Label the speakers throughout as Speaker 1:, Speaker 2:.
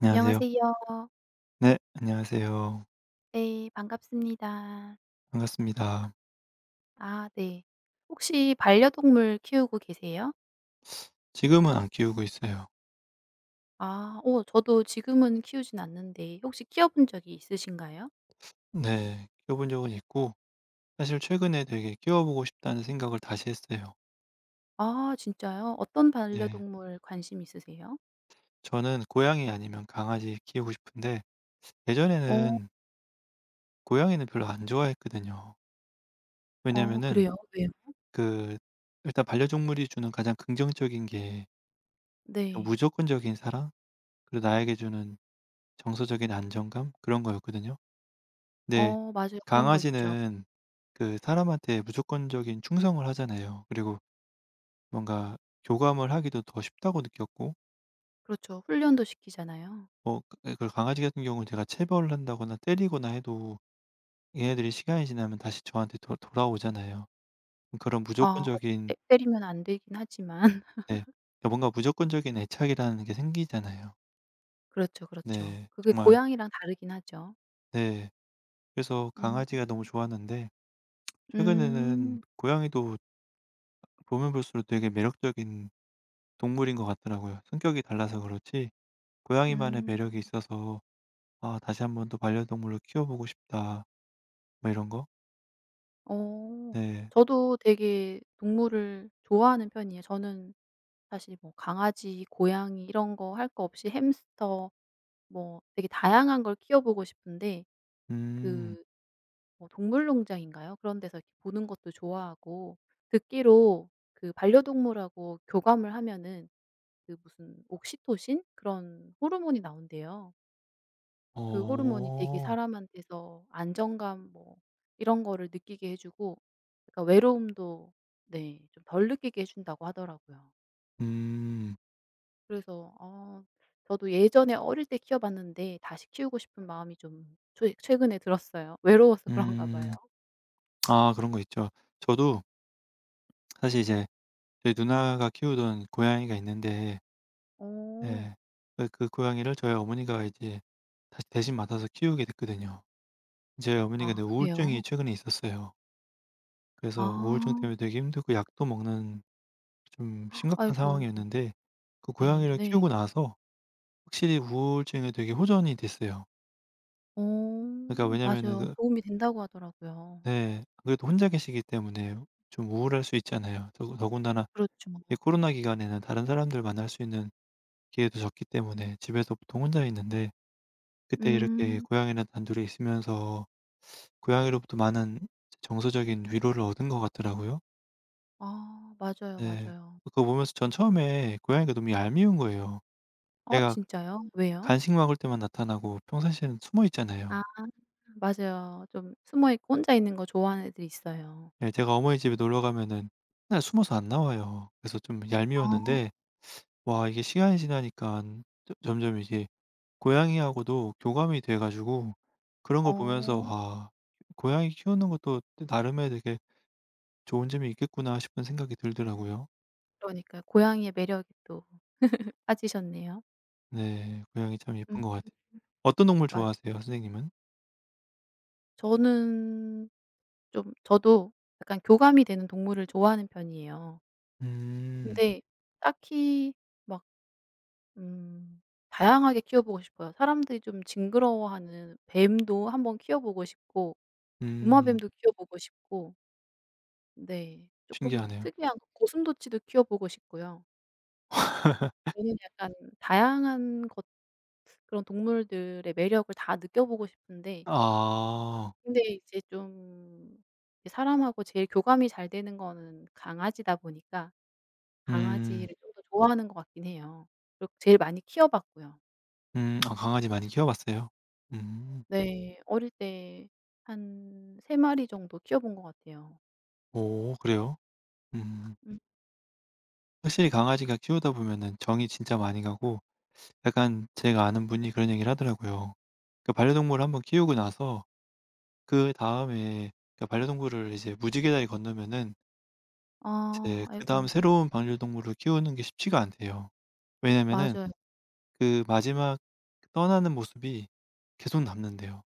Speaker 1: 안녕하세요.
Speaker 2: 안녕하세요.
Speaker 1: 네, 안녕하세요.
Speaker 2: 네, 반갑습니다.
Speaker 1: 반갑습니다.
Speaker 2: 아, 네. 혹시 반려동물 키우고 계세요?
Speaker 1: 지금은 안 키우고 있어요.
Speaker 2: 아, 저도 지금은 키우진 않는데 혹시 키워 본 적이 있으신가요?
Speaker 1: 네, 키워본 적은 있고, 사실 최근에 되게 키워보고 싶다는 생각을 다시 했어요.
Speaker 2: 아, 진짜요? 어떤
Speaker 1: 네.
Speaker 2: 반려동물 관심 있으세요?
Speaker 1: 저는 고양이 아니면 강아지 키우고 싶은데,
Speaker 2: 어.
Speaker 1: 예전에는 고양이는 별로 안 좋아했거든요.
Speaker 2: 어,
Speaker 1: 왜냐면은
Speaker 2: 그래요? 왜요?
Speaker 1: 그, 일단 반려동물이 주는 가장 긍정적인 게
Speaker 2: 네.
Speaker 1: 무조건적인 사랑, 그리고 나에게 주는 정서적인 안정감, 그런 거였거든요. 네.
Speaker 2: 어, 맞아요. 그런 거 있죠.
Speaker 1: 강아지는 그 사람한테 무조건적인 충성을 하잖아요. 그리고 뭔가 교감을 하기도 더 쉽다고 느꼈고,
Speaker 2: 그렇죠. 훈련도 시키잖아요.
Speaker 1: 뭐 예 그그 강아지 같은 경우는 제가 체벌을 한다거나 때리거나 해도 얘네들이 시간이 지나면 다시 저한테 도 돌아오잖아요. 그런
Speaker 2: 아, 어,
Speaker 1: 무조건적인,
Speaker 2: 때 때리면 안 되긴 하지만
Speaker 1: 네, 그러니까 뭔가 무조건적인 애착이라는 게 생기잖아요.
Speaker 2: 그렇죠, 그렇죠.
Speaker 1: 네,
Speaker 2: 그게
Speaker 1: 정말.
Speaker 2: 고양이랑 다르긴 하죠.
Speaker 1: 네. 그래서
Speaker 2: 음.
Speaker 1: 강아지가 너무 좋았는데, 최근에는
Speaker 2: 음.
Speaker 1: 고양이도 보면 볼수록 되게 매력적인 동물인 것 같더라고요. 성격이 달라서 그렇지 고양이만의
Speaker 2: 음.
Speaker 1: 매력이 있어서 "아, 다시 한 번 또 반려동물로 키워보고 싶다." 뭐 이런 거?
Speaker 2: 어.
Speaker 1: 네.
Speaker 2: 저도 되게 동물을 좋아하는 편이에요. 저는 사실 뭐 강아지, 고양이 이런 거 할 거 없이 햄스터 뭐 되게 다양한 걸 키워 보고 싶은데
Speaker 1: 음.
Speaker 2: 그 뭐 동물농장인가요? 그런 데서 이렇게 보는 것도 좋아하고, 듣기로 그 반려동물하고 교감을 하면은 그 무슨 옥시토신 그런 호르몬이 나온대요. 그 호르몬이 되게
Speaker 1: 어.
Speaker 2: 사람한테서 안정감 뭐 이런 거를 느끼게 해 주고, 그러니까 외로움도, 네, 좀 덜 느끼게 해 준다고 하더라고요.
Speaker 1: 음.
Speaker 2: 그래서 저도 예전에 어릴 때 키워 봤는데 다시 키우고 싶은 마음이 좀 최 최근에 들었어요. 외로워서 그런가 봐요.
Speaker 1: 음. 아, 그런 거 있죠. 저도 사실 이제 저희 누나가 키우던 고양이가 있는데,
Speaker 2: 어.
Speaker 1: 예, 그 그 고양이를 저희 어머니가 이제 다시 대신 맡아서 키우게 됐거든요. 저희 어머니가
Speaker 2: 아,
Speaker 1: 근데 우울증이
Speaker 2: 그래요?
Speaker 1: 최근에 있었어요. 그래서 우울증
Speaker 2: 아.
Speaker 1: 때문에 되게 힘들고 약도 먹는 좀 심각한
Speaker 2: 아이고.
Speaker 1: 상황이었는데, 그
Speaker 2: 예.
Speaker 1: 고양이를
Speaker 2: 네.
Speaker 1: 키우고 나서 확실히 우울증에 되게 호전이 됐어요.
Speaker 2: 어,
Speaker 1: 그러니까 왜냐면은
Speaker 2: 맞아요.
Speaker 1: 그,
Speaker 2: 도움이 된다고 하더라고요.
Speaker 1: 네, 아무래도 혼자 계시기 때문에 좀 우울할 수 있잖아요. 더, 더군다나
Speaker 2: 그렇죠.
Speaker 1: 이 코로나 기간에는 다른 사람들 만날 수 있는 기회도 적기 때문에 집에서 보통 혼자 있는데, 그때 이렇게
Speaker 2: 음.
Speaker 1: 고양이랑 단둘이 있으면서 고양이로부터 많은 정서적인 위로를 얻은 것 같더라고요.
Speaker 2: 아, 맞아요,
Speaker 1: 네.
Speaker 2: 맞아요.
Speaker 1: 그거 보면서 전 처음에 고양이가 너무 얄미운 거예요.
Speaker 2: 아,
Speaker 1: 얘가
Speaker 2: 진짜요? 왜요?
Speaker 1: 간식 먹을 때만 나타나고 평상시에는 숨어
Speaker 2: 아,
Speaker 1: 있잖아요.
Speaker 2: 맞아요. 좀 숨어 있고 혼자 있는 거 좋아하는 애들이 있어요.
Speaker 1: 예, 제가 어머니 집에 놀러 가면은 맨날 숨어서 안 나와요. 그래서 좀
Speaker 2: 어.
Speaker 1: 얄미웠는데, 와, 이게 시간이 지나니까점 점점 이게 고양이하고도 교감이 돼 가지고, 그런 걸 보면서
Speaker 2: 어.
Speaker 1: "와, 고양이 키우는 것도 나름의 되게 좋은 점이 있겠구나." 싶은 생각이 들더라고요.
Speaker 2: 그러니까요. 고양이의 매력이 또 빠지셨네요.
Speaker 1: 네, 고양이 참 예쁜
Speaker 2: 음,
Speaker 1: 것 같아요. 어떤 동물
Speaker 2: 맞아요.
Speaker 1: 좋아하세요 선생님은?
Speaker 2: 저는 좀 저도 약간 교감이 되는 동물을 좋아하는 편이에요.
Speaker 1: 음.
Speaker 2: 근데 딱히 막 음 다양하게 키워보고 싶어요. 사람들이 좀 징그러워하는 뱀도 한번 키워보고 싶고,
Speaker 1: 음.
Speaker 2: 도마뱀도 키워보고 싶고, 네, 쪼끔
Speaker 1: 신기하네요.
Speaker 2: 특이한 고슴도치도 키워보고 싶고요. 저는 약간 다양한 것, 그런 동물들의 매력을 다 느껴보고 싶은데,
Speaker 1: 아.
Speaker 2: 근데 이제 좀 이 사람하고 제일 교감이 잘 되는 거는 강아지다 보니까
Speaker 1: 음.
Speaker 2: 강아지를 좀 더 좋아하는 것 같긴 해요. 그리고 제일 많이 키워봤고요.
Speaker 1: 음. 아, 강아지 많이 키워봤어요? 음.
Speaker 2: 네. 어릴 때 한 세 마리 정도 키워본 것 같아요.
Speaker 1: 오, 그래요? 음.
Speaker 2: 음.
Speaker 1: 확실히 강아지가 키우다 보면은 정이 진짜 많이 가고, 약간 제가 아는 분이 그런 얘기를 하더라고요. 그 반려동물을 한번 키우고 나서 그다음에 그 반려동물을 이제 무지개다리 건너면은
Speaker 2: 아,
Speaker 1: 이제
Speaker 2: 아이고.
Speaker 1: 그다음 새로운 반려동물을 키우는 게 쉽지가 않대요. 왜냐면은
Speaker 2: 맞아요.
Speaker 1: 그 마지막 떠나는 모습이 계속 남는대요.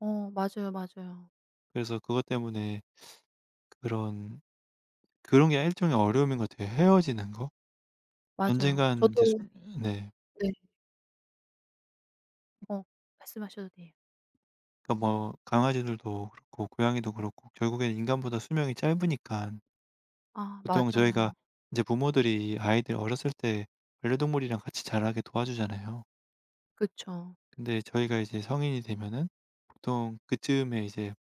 Speaker 2: 어, 맞아요, 맞아요.
Speaker 1: 그래서 그것 때문에 그런 그런 게 일종의 어려움인 것 같아요, 헤어지는 거.
Speaker 2: 맞아요.
Speaker 1: 언젠간
Speaker 2: 저도.
Speaker 1: 이제 수 네.
Speaker 2: 네. 어, 말씀하셔도 돼요.
Speaker 1: 그러니까 뭐 강아지들도 그렇고 고양이도 그렇고 결국엔 인간보다 수명이 짧으니까,
Speaker 2: 아,
Speaker 1: 보통
Speaker 2: 맞아요.
Speaker 1: 저희가 이제 부모들이 아이들 어렸을 때 반려동물이랑 같이 자라게 도와주잖아요.
Speaker 2: 그쵸.
Speaker 1: 근데 저희가 이제 성인이 되면은 보통 그쯤에 이제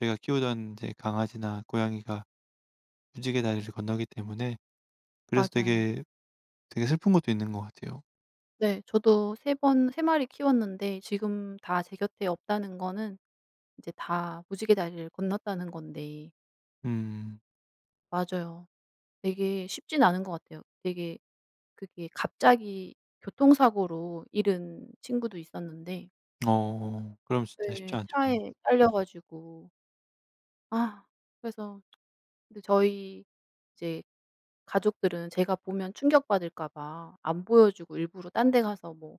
Speaker 1: 저희가 키우던 이제 강아지나 고양이가 무지개 다리를 건너기 때문에, 그래서
Speaker 2: 맞아요.
Speaker 1: 되게 슬픈 것도 있는 것 같아요.
Speaker 2: 네. 저도 3번세 마리 키웠는데 지금 다 제 곁에 없다는 거는 이제 다 무지개 다리를 건넜다는 건데
Speaker 1: 음.
Speaker 2: 맞아요. 되게 쉽진 않은 것 같아요. 되게 그게 갑자기 교통사고로 잃은 친구도 있었는데,
Speaker 1: 어, 그럼 진짜 쉽지
Speaker 2: 네,
Speaker 1: 않죠.
Speaker 2: 차에 딸려 가지고 아, 그래서 근데 저희 이제 가족들은 제가 보면 충격받을까 봐 안 보여 주고 일부러 딴데 가서 뭐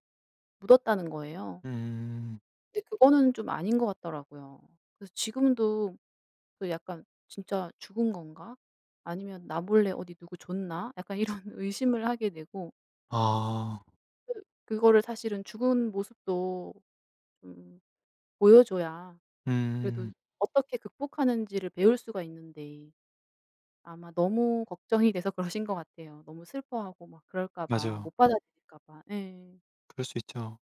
Speaker 2: 묻었다는 거예요.
Speaker 1: 음.
Speaker 2: 근데 그거는 좀 아닌 것 같더라고요. 그래서 지금도 그 약간 '진짜 죽은 건가? 아니면 나 몰래 어디 누구 줬나?' 약간 이런 의심을 하게 되고
Speaker 1: 아.
Speaker 2: 그거를 사실은 죽은 모습도 좀 보여줘야 그래도
Speaker 1: 음.
Speaker 2: 어떻게 극복하는지를 배울 수가 있는데, 아마 너무 걱정이 돼서 그러신 것 같아요. 너무 슬퍼하고 막 그럴까 봐,
Speaker 1: 맞아요.
Speaker 2: 못 받아들일까 봐. 예.
Speaker 1: 그럴 수 있죠.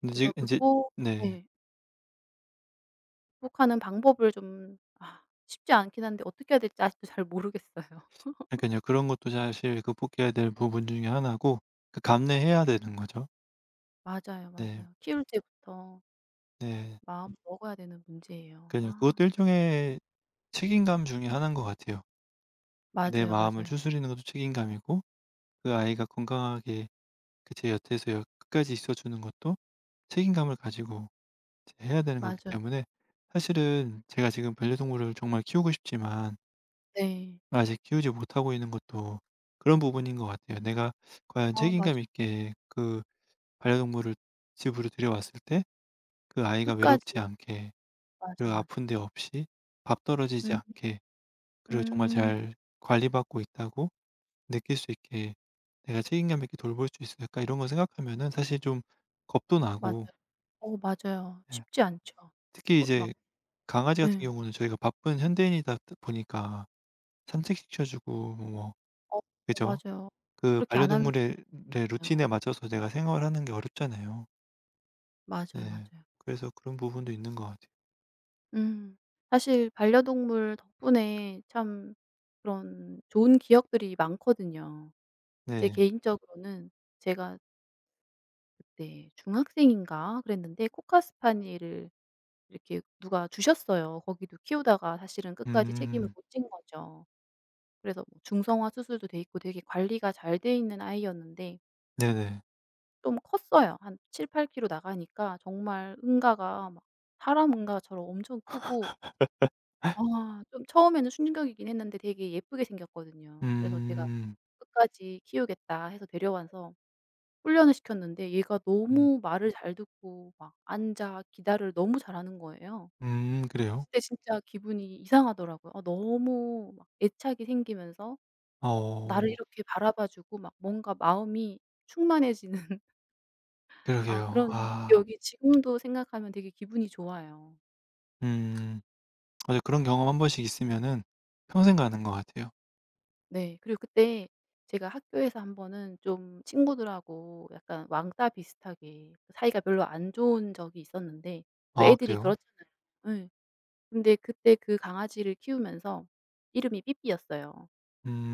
Speaker 1: 근데
Speaker 2: 그래서
Speaker 1: 지금 인제,
Speaker 2: 극복,
Speaker 1: 네.
Speaker 2: 예, 극복하는 방법을 좀 아, 쉽지 않긴 한데 어떻게 해야 될지 아직도 잘 모르겠어요.
Speaker 1: 그러니깐요. 그런 것도 사실 극복해야 될 부분 중에 하나고 그 감내해야 되는 거죠.
Speaker 2: 맞아요,
Speaker 1: 네.
Speaker 2: 맞아요. 키울 때부터
Speaker 1: 네.
Speaker 2: 마음 먹어야 되는 문제예요.
Speaker 1: 그러니깐요.
Speaker 2: 아,
Speaker 1: 그것도 일종의 책임감 중에 하나인 것 같아요. 그 내
Speaker 2: 맞아요,
Speaker 1: 마음을
Speaker 2: 맞아요.
Speaker 1: 추스리는 것도 책임감이고, 그 아이가 건강하게 그 제 곁에서 여 끝까지 있어 주는 것도 책임감을 가지고 이제 해야 되는 거기
Speaker 2: 맞아요.
Speaker 1: 때문에. 사실은 제가 지금 반려동물을 정말 키우고 싶지만
Speaker 2: 네.
Speaker 1: 아직 키우지 못하고 있는 것도 그런 부분인 것 같아요. 내가 과연
Speaker 2: 아, 맞아요.
Speaker 1: 책임감 있게 그 반려동물을 집으로 들여왔을 때 그 아이가
Speaker 2: 끝까지.
Speaker 1: 외롭지 않게,
Speaker 2: 맞아,
Speaker 1: 그리고
Speaker 2: 맞아.
Speaker 1: 아픈 데 없이 밥 떨어지지
Speaker 2: 음.
Speaker 1: 않게, 그리고 정말
Speaker 2: 음.
Speaker 1: 잘 관리받고 있다고 느낄 수 있게, 내가 책임감 있게 돌볼 수 있을까 이런 거 생각하면은 사실 좀 겁도
Speaker 2: 맞아요.
Speaker 1: 나고.
Speaker 2: 어, 맞아요.
Speaker 1: 예.
Speaker 2: 쉽지 않죠.
Speaker 1: 특히
Speaker 2: 소, 막
Speaker 1: 이제 강아지 같은
Speaker 2: 예.
Speaker 1: 경우는 저희가 바쁜 현대인이다 보니까 산책시켜 주고 뭐
Speaker 2: 어,
Speaker 1: 그죠?
Speaker 2: 맞아요.
Speaker 1: 그
Speaker 2: 그렇게 안 하면
Speaker 1: 반려동물의
Speaker 2: 스트레스
Speaker 1: 의
Speaker 2: 아
Speaker 1: 루틴에
Speaker 2: 요
Speaker 1: 맞춰서 내가 생활하는 게 어렵잖아요.
Speaker 2: 맞아요,
Speaker 1: 네.
Speaker 2: 맞아요.
Speaker 1: 그래서 그런 부분도 있는 것 같아요.
Speaker 2: 음. 사실 반려동물 덕분에 참 그런 좋은 기억들이 많거든요. 제
Speaker 1: 네.
Speaker 2: 개인적으로는 제가 그때 중학생인가 그랬는데 코카 스파니엘을 이렇게 누가 주셨어요. 거기도 키우다가 사실은 끝까지 책임을
Speaker 1: 음.
Speaker 2: 못 진 거죠. 그래서 뭐 중성화 수술도 돼 있고 되게 관리가 잘 돼 있는 아이였는데
Speaker 1: 네네.
Speaker 2: 좀 컸어요. 한 7-8 킬로 나가니까 정말 응가가 막 사람 응가처럼 엄청 크고, 아, 좀 처음에는 충격이긴 했는데 되게 예쁘게 생겼거든요. 그래서 제가
Speaker 1: 음.
Speaker 2: "끝까지 키우겠다." 해서 데려와서 훈련을 시켰는데 얘가
Speaker 1: 음.
Speaker 2: 너무 말을 잘 듣고 막 앉아 기다를 너무 잘하는 거예요.
Speaker 1: 음, 그래요?
Speaker 2: 그때 진짜 기분이 이상하더라고요. 아, 너무 막 애착이 생기면서 나를
Speaker 1: 어.
Speaker 2: 이렇게 바라봐 주고 막 뭔가 마음이 충만해지는 아,
Speaker 1: 그러게요.
Speaker 2: 그런
Speaker 1: 아.
Speaker 2: 기억이 지금도 생각하면 되게 기분이 좋아요.
Speaker 1: 음. 맞아, 그런 경험 한 번씩 있으면은 평생 가는 것 같아요.
Speaker 2: 네. 그리고 그때 제가 학교에서 한 번은 좀 친구들하고 약간 왕따 비슷하게 그 사이가 별로 안 좋은 적이 있었는데, 왜
Speaker 1: 아,
Speaker 2: 애들이
Speaker 1: 그래요?
Speaker 2: 그렇잖아요. 예. 근데 그때 그 강아지를 키우면서, 이름이 삐삐였어요.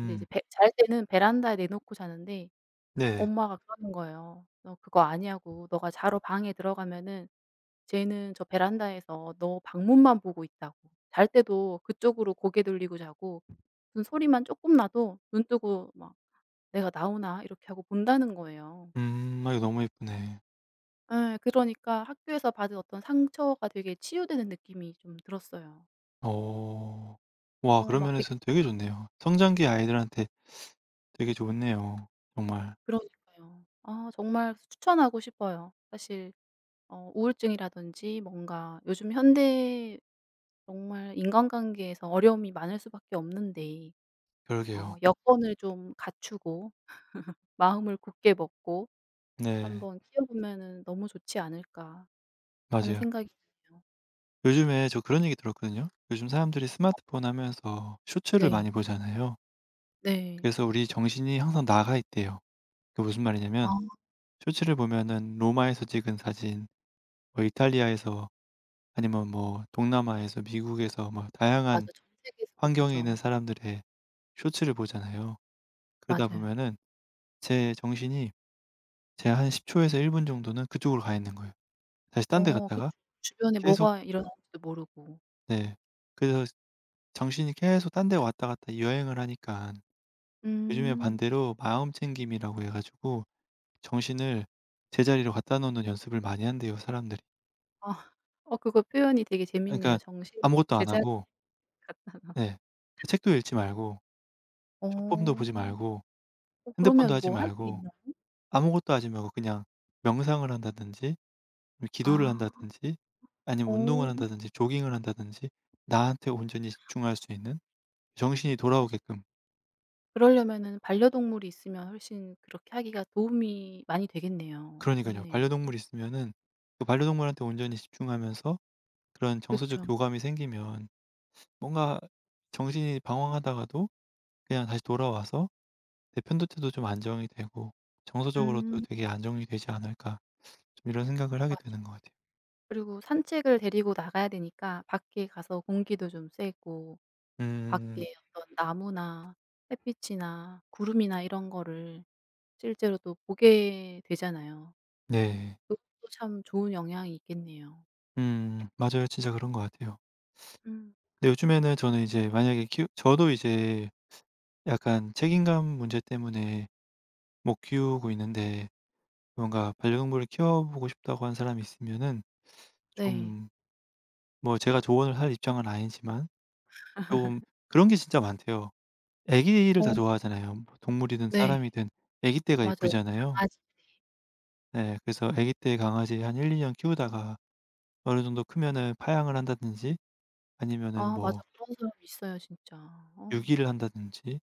Speaker 2: 근데 이제 베 잘 때는 베란다에 내놓고 자는데
Speaker 1: 네.
Speaker 2: 엄마가 그러는 거예요. "너 그거 아니야."고 "너가 자러 방에 들어가면은 쟤는 저 베란다에서 너 방문만 보고 있다."고 "잘 때도 그쪽으로 고개 돌리고 자고 무슨 소리만 쪼끔 나도 눈 뜨고 막" '내가 나오나?' 이렇게 하고 본다는 거예요.
Speaker 1: 음. 아, 이거 너무 예쁘네.
Speaker 2: 예. 그러니까 학교에서 받은 어떤 상처가 되게 치유되는 느낌이 좀 들었어요.
Speaker 1: 어. 와,
Speaker 2: 어,
Speaker 1: 그런
Speaker 2: 막 되게
Speaker 1: 면에서는 되게 좋네요. 성장기 아이들한테 되게 좋네요, 정말.
Speaker 2: 그러니까요. 아, 정말 추천하고 싶어요. 사실 어, 우울증이라든지 뭔가 요즘 현대 정말 인간관계에서 어려움이 많을 수밖에 없는데 어
Speaker 1: 그러게요.
Speaker 2: 여건을 좀 갖추고 마음을 굳게 먹고
Speaker 1: 네.
Speaker 2: 한번 키워 보면은 너무 좋지 않을까 하는
Speaker 1: 맞아요.
Speaker 2: 생각이 드네요.
Speaker 1: 요즘에 저 그런 얘기 들었거든요. 요즘 사람들이 스마트폰 하면서 쇼츠를
Speaker 2: 네.
Speaker 1: 많이 보잖아요.
Speaker 2: 네.
Speaker 1: 그래서 우리 정신이 항상 나가 있대요. 그게 무슨 말이냐면,
Speaker 2: 아.
Speaker 1: 쇼츠를 보면은 로마에서 찍은 사진, 뭐 이탈리아에서, 아니면 뭐 동남아에서, 미국에서, 뭐
Speaker 2: 맞아.
Speaker 1: 다양한
Speaker 2: 전 세계에서 그거
Speaker 1: 환경에 있는
Speaker 2: 보죠.
Speaker 1: 사람들의 쇼츠를 보잖아요. 그러다
Speaker 2: 맞아요.
Speaker 1: 보면은 제 정신이 제 한 10초 초에서 1분 정도는 그쪽으로 가 있는 거예요. 다시 딴 데
Speaker 2: 어, 그쵸.
Speaker 1: 갔다가
Speaker 2: 주변에
Speaker 1: 계속.
Speaker 2: 뭐가 일어나는지도 모르고.
Speaker 1: 네. 그래서 정신이 계속 딴 데 왔다 갔다 여행을 하니까, 요즘에
Speaker 2: 음.
Speaker 1: 반대로 마음 챙김이라고 해 가지고 정신을 제자리로 갖다 놓는 연습을 많이 한대요, 사람들이.
Speaker 2: 아. 어, 그거 표현이 되게
Speaker 1: 아,
Speaker 2: 재밌네요.
Speaker 1: 그러니까
Speaker 2: 정신을
Speaker 1: 아무것도 안
Speaker 2: 제자리.
Speaker 1: 하고, 네, 그 책도 읽지 말고, 쇼폼도 보지
Speaker 2: 어.
Speaker 1: 말고,
Speaker 2: 어,
Speaker 1: 핸드폰도
Speaker 2: 그러면
Speaker 1: 하지
Speaker 2: 뭐 할 게
Speaker 1: 말고,
Speaker 2: 있나요?
Speaker 1: 아무것도 하지 말고 그냥 명상을 한다든지, 뭐 기도를
Speaker 2: 아.
Speaker 1: 한다든지,
Speaker 2: 어.
Speaker 1: 아니면 운동을 한다든지 조깅을 한다든지, 나한테 온전히 집중할 수 있는, 정신이
Speaker 2: 사실
Speaker 1: 돌아오게끔.
Speaker 2: 그러려면은 반려동물이 있으면 훨씬 그렇게 하기가 도움이 많이
Speaker 1: 그
Speaker 2: 되겠네요.
Speaker 1: 러니까요 반
Speaker 2: 그렇네요.
Speaker 1: 려동물 있으면은 그 반려동물한테 온전히 집중하면서 그런 정서적
Speaker 2: 그쵸.
Speaker 1: 교감이 생기면 뭔가 정신이 방황하다가도 그냥 다시 돌아와서 내 편도체도 좀 안정이 되고 정서적으로도
Speaker 2: 음,
Speaker 1: 되게 안정이 되지 않을까, 좀 이런 생각을 하게
Speaker 2: 맞아.
Speaker 1: 되는 것 같아요.
Speaker 2: 그리고 산책을 데리고 나가야 되니까 밖에 가서 공기도 좀 쐬고
Speaker 1: 음.
Speaker 2: 밖에 어떤 나무나 햇빛이나 구름이나 이런 거를 실제로 또 보게 되잖아요.
Speaker 1: 네.
Speaker 2: 그것도 참 좋은 영향이 있겠네요.
Speaker 1: 음, 맞아요. 진짜 그런 것 같아요.
Speaker 2: 음.
Speaker 1: 근데 요즘에는 저는 이제 만약에 키우 저도 이제 약간 책임감 문제 때문에 못 키우고 있는데, 뭔가 반려동물을 키워보고 싶다고 하는 사람이 있으면은
Speaker 2: 네.
Speaker 1: 좀, 뭐 제가 조언을 할 입장은 아니지만, 좀, 그런 게 진짜 많대요. 애기를 다
Speaker 2: 어,
Speaker 1: 좋아하잖아요. 뭐 동물이든, 음,
Speaker 2: 네.
Speaker 1: 사람이든 애기 때가
Speaker 2: 맞아요.
Speaker 1: 예쁘잖아요.
Speaker 2: 강아지.
Speaker 1: 네. 그래서 애기 때 강아지 한 1-2년 키우다가 어느 정도 크면은 파양을 한다든지, 아니면은
Speaker 2: 아, 맞아.
Speaker 1: 뭐
Speaker 2: 그런 사람 있어요 진짜. 어,
Speaker 1: 유기를 한다든지.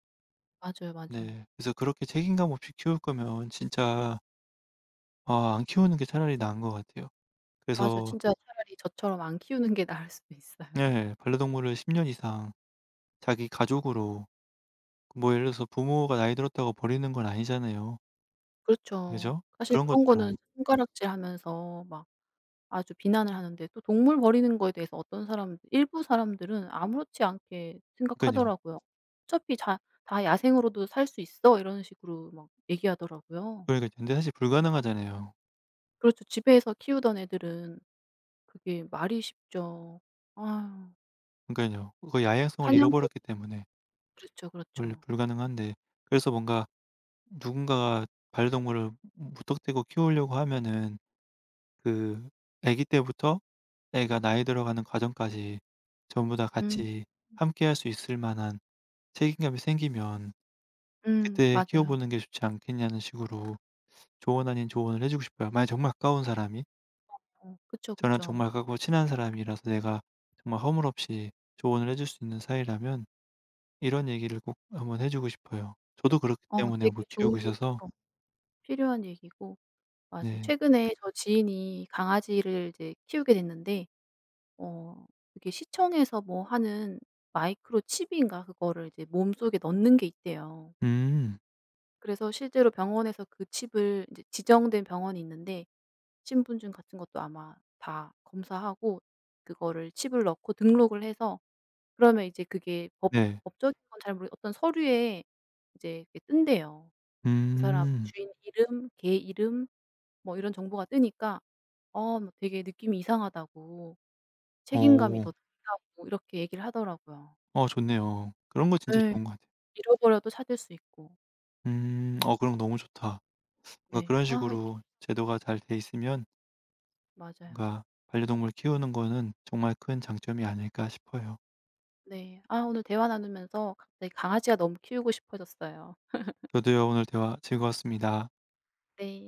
Speaker 2: 맞아요, 맞아요.
Speaker 1: 네. 그래서 그렇게 책임감 없이 키울 거면 진짜 아, 안 키우는 게 차라리 나은 것 같아요.
Speaker 2: 맞아요.
Speaker 1: 그래서.
Speaker 2: 진짜 차라리 저처럼 안 키우는 게 나을 수도 있어요.
Speaker 1: 네. 반려동물을 10년 이상 자기 가족으로, 뭐 예를 들어서 부모가 나이 들었다고 버리는 건 아니잖아요.
Speaker 2: 그렇죠.
Speaker 1: 그죠?
Speaker 2: 사실
Speaker 1: 그런
Speaker 2: 그런 거는
Speaker 1: 것처럼.
Speaker 2: 손가락질하면서 막 아주 비난을 하는데, 또 동물 버리는 거에 대해서 어떤 사람 일부 사람들은 아무렇지 않게
Speaker 1: 그니요
Speaker 2: 생각하더라고요. "어차피 자 다 야생으로도 살 수 있어." 이런 식으로 막 얘기하더라고요.
Speaker 1: 그러니까 근데 사실 불가능하잖아요.
Speaker 2: 그렇죠. 집에서 키우던 애들은 그게 말이 쉽죠. 아유.
Speaker 1: 그러니까요, 그 야행성을
Speaker 2: 사냥법.
Speaker 1: 잃어버렸기 때문에
Speaker 2: 그렇죠,
Speaker 1: 원래
Speaker 2: 그렇죠.
Speaker 1: 불가능한데, 그래서 뭔가 누군가가 반려동물을 무턱대고 키우려고 하면은 그 아기 때부터 애가 나이 들어가는 과정까지 전부 다
Speaker 2: 음.
Speaker 1: 같이 함께 할 수 있을 만한 책임감이 생기면
Speaker 2: 음,
Speaker 1: 그때
Speaker 2: 맞아요.
Speaker 1: 키워보는 게 좋지 않겠냐는 식으로 조언 아닌 조언을 해 주고 싶어요. 만약 정말 가까운 사람이,
Speaker 2: 어, 그쵸,
Speaker 1: 저랑
Speaker 2: 그쵸.
Speaker 1: 정말 가깝고 친한 사람이라서 내가 정말 허물없이 조언을 해줄 수 있는 사이라면, 이런 얘기를 꼭 한번 해 주고 싶어요. 저도 그렇기
Speaker 2: 어,
Speaker 1: 때문에 뭐
Speaker 2: 되게 좋은
Speaker 1: 키우고 있어서.
Speaker 2: 얘기고 필요한 얘기고 맞아요.
Speaker 1: 네.
Speaker 2: 최근에 저 지인이 강아지를 이제 키우게 됐는데 어 그게 시청에서 뭐 하는 마이크로 칩인가 그거를 이제 몸속에 넣는 게 있대요.
Speaker 1: 음.
Speaker 2: 그래서 실제로 병원에서 그 칩을 이제 지정된 병원이 있는데 신분증 같은 것도 아마 다 검사하고 그거를 칩을 넣고 등록을 해서 그러면 이제 그게 법
Speaker 1: 네.
Speaker 2: 법적인 건 잘 모르 어떤 서류에 이제 그게 뜬대요. 그 사람
Speaker 1: 음.
Speaker 2: 주인 이름, 개 이름 뭐 이런 정보가 뜨니까 어 뭐 되게 느낌이 이상하다고 책임감이
Speaker 1: 오.
Speaker 2: 더 든다고 이렇게 얘기를 하더라고요.
Speaker 1: 어, 좋네요. 그런 거 진짜
Speaker 2: 예.
Speaker 1: 좋은 것 같아요.
Speaker 2: 잃어버려도 찾을 수 있고.
Speaker 1: 음. 어, 그런 거 너무 좋다. 뭔가
Speaker 2: 네.
Speaker 1: 그런
Speaker 2: 아, 이렇게
Speaker 1: 식으로 제도가 잘 돼 있으면
Speaker 2: 맞아요.
Speaker 1: 뭔가 반려동물 키우는 거는 정말 큰 장점이 아닐까 싶어요.
Speaker 2: 네. 아, 오늘 대화 나누면서 갑자기 강아지가 너무 키우고 싶어졌어요.
Speaker 1: 저도요. 오늘 대화 즐거웠습니다.
Speaker 2: 네.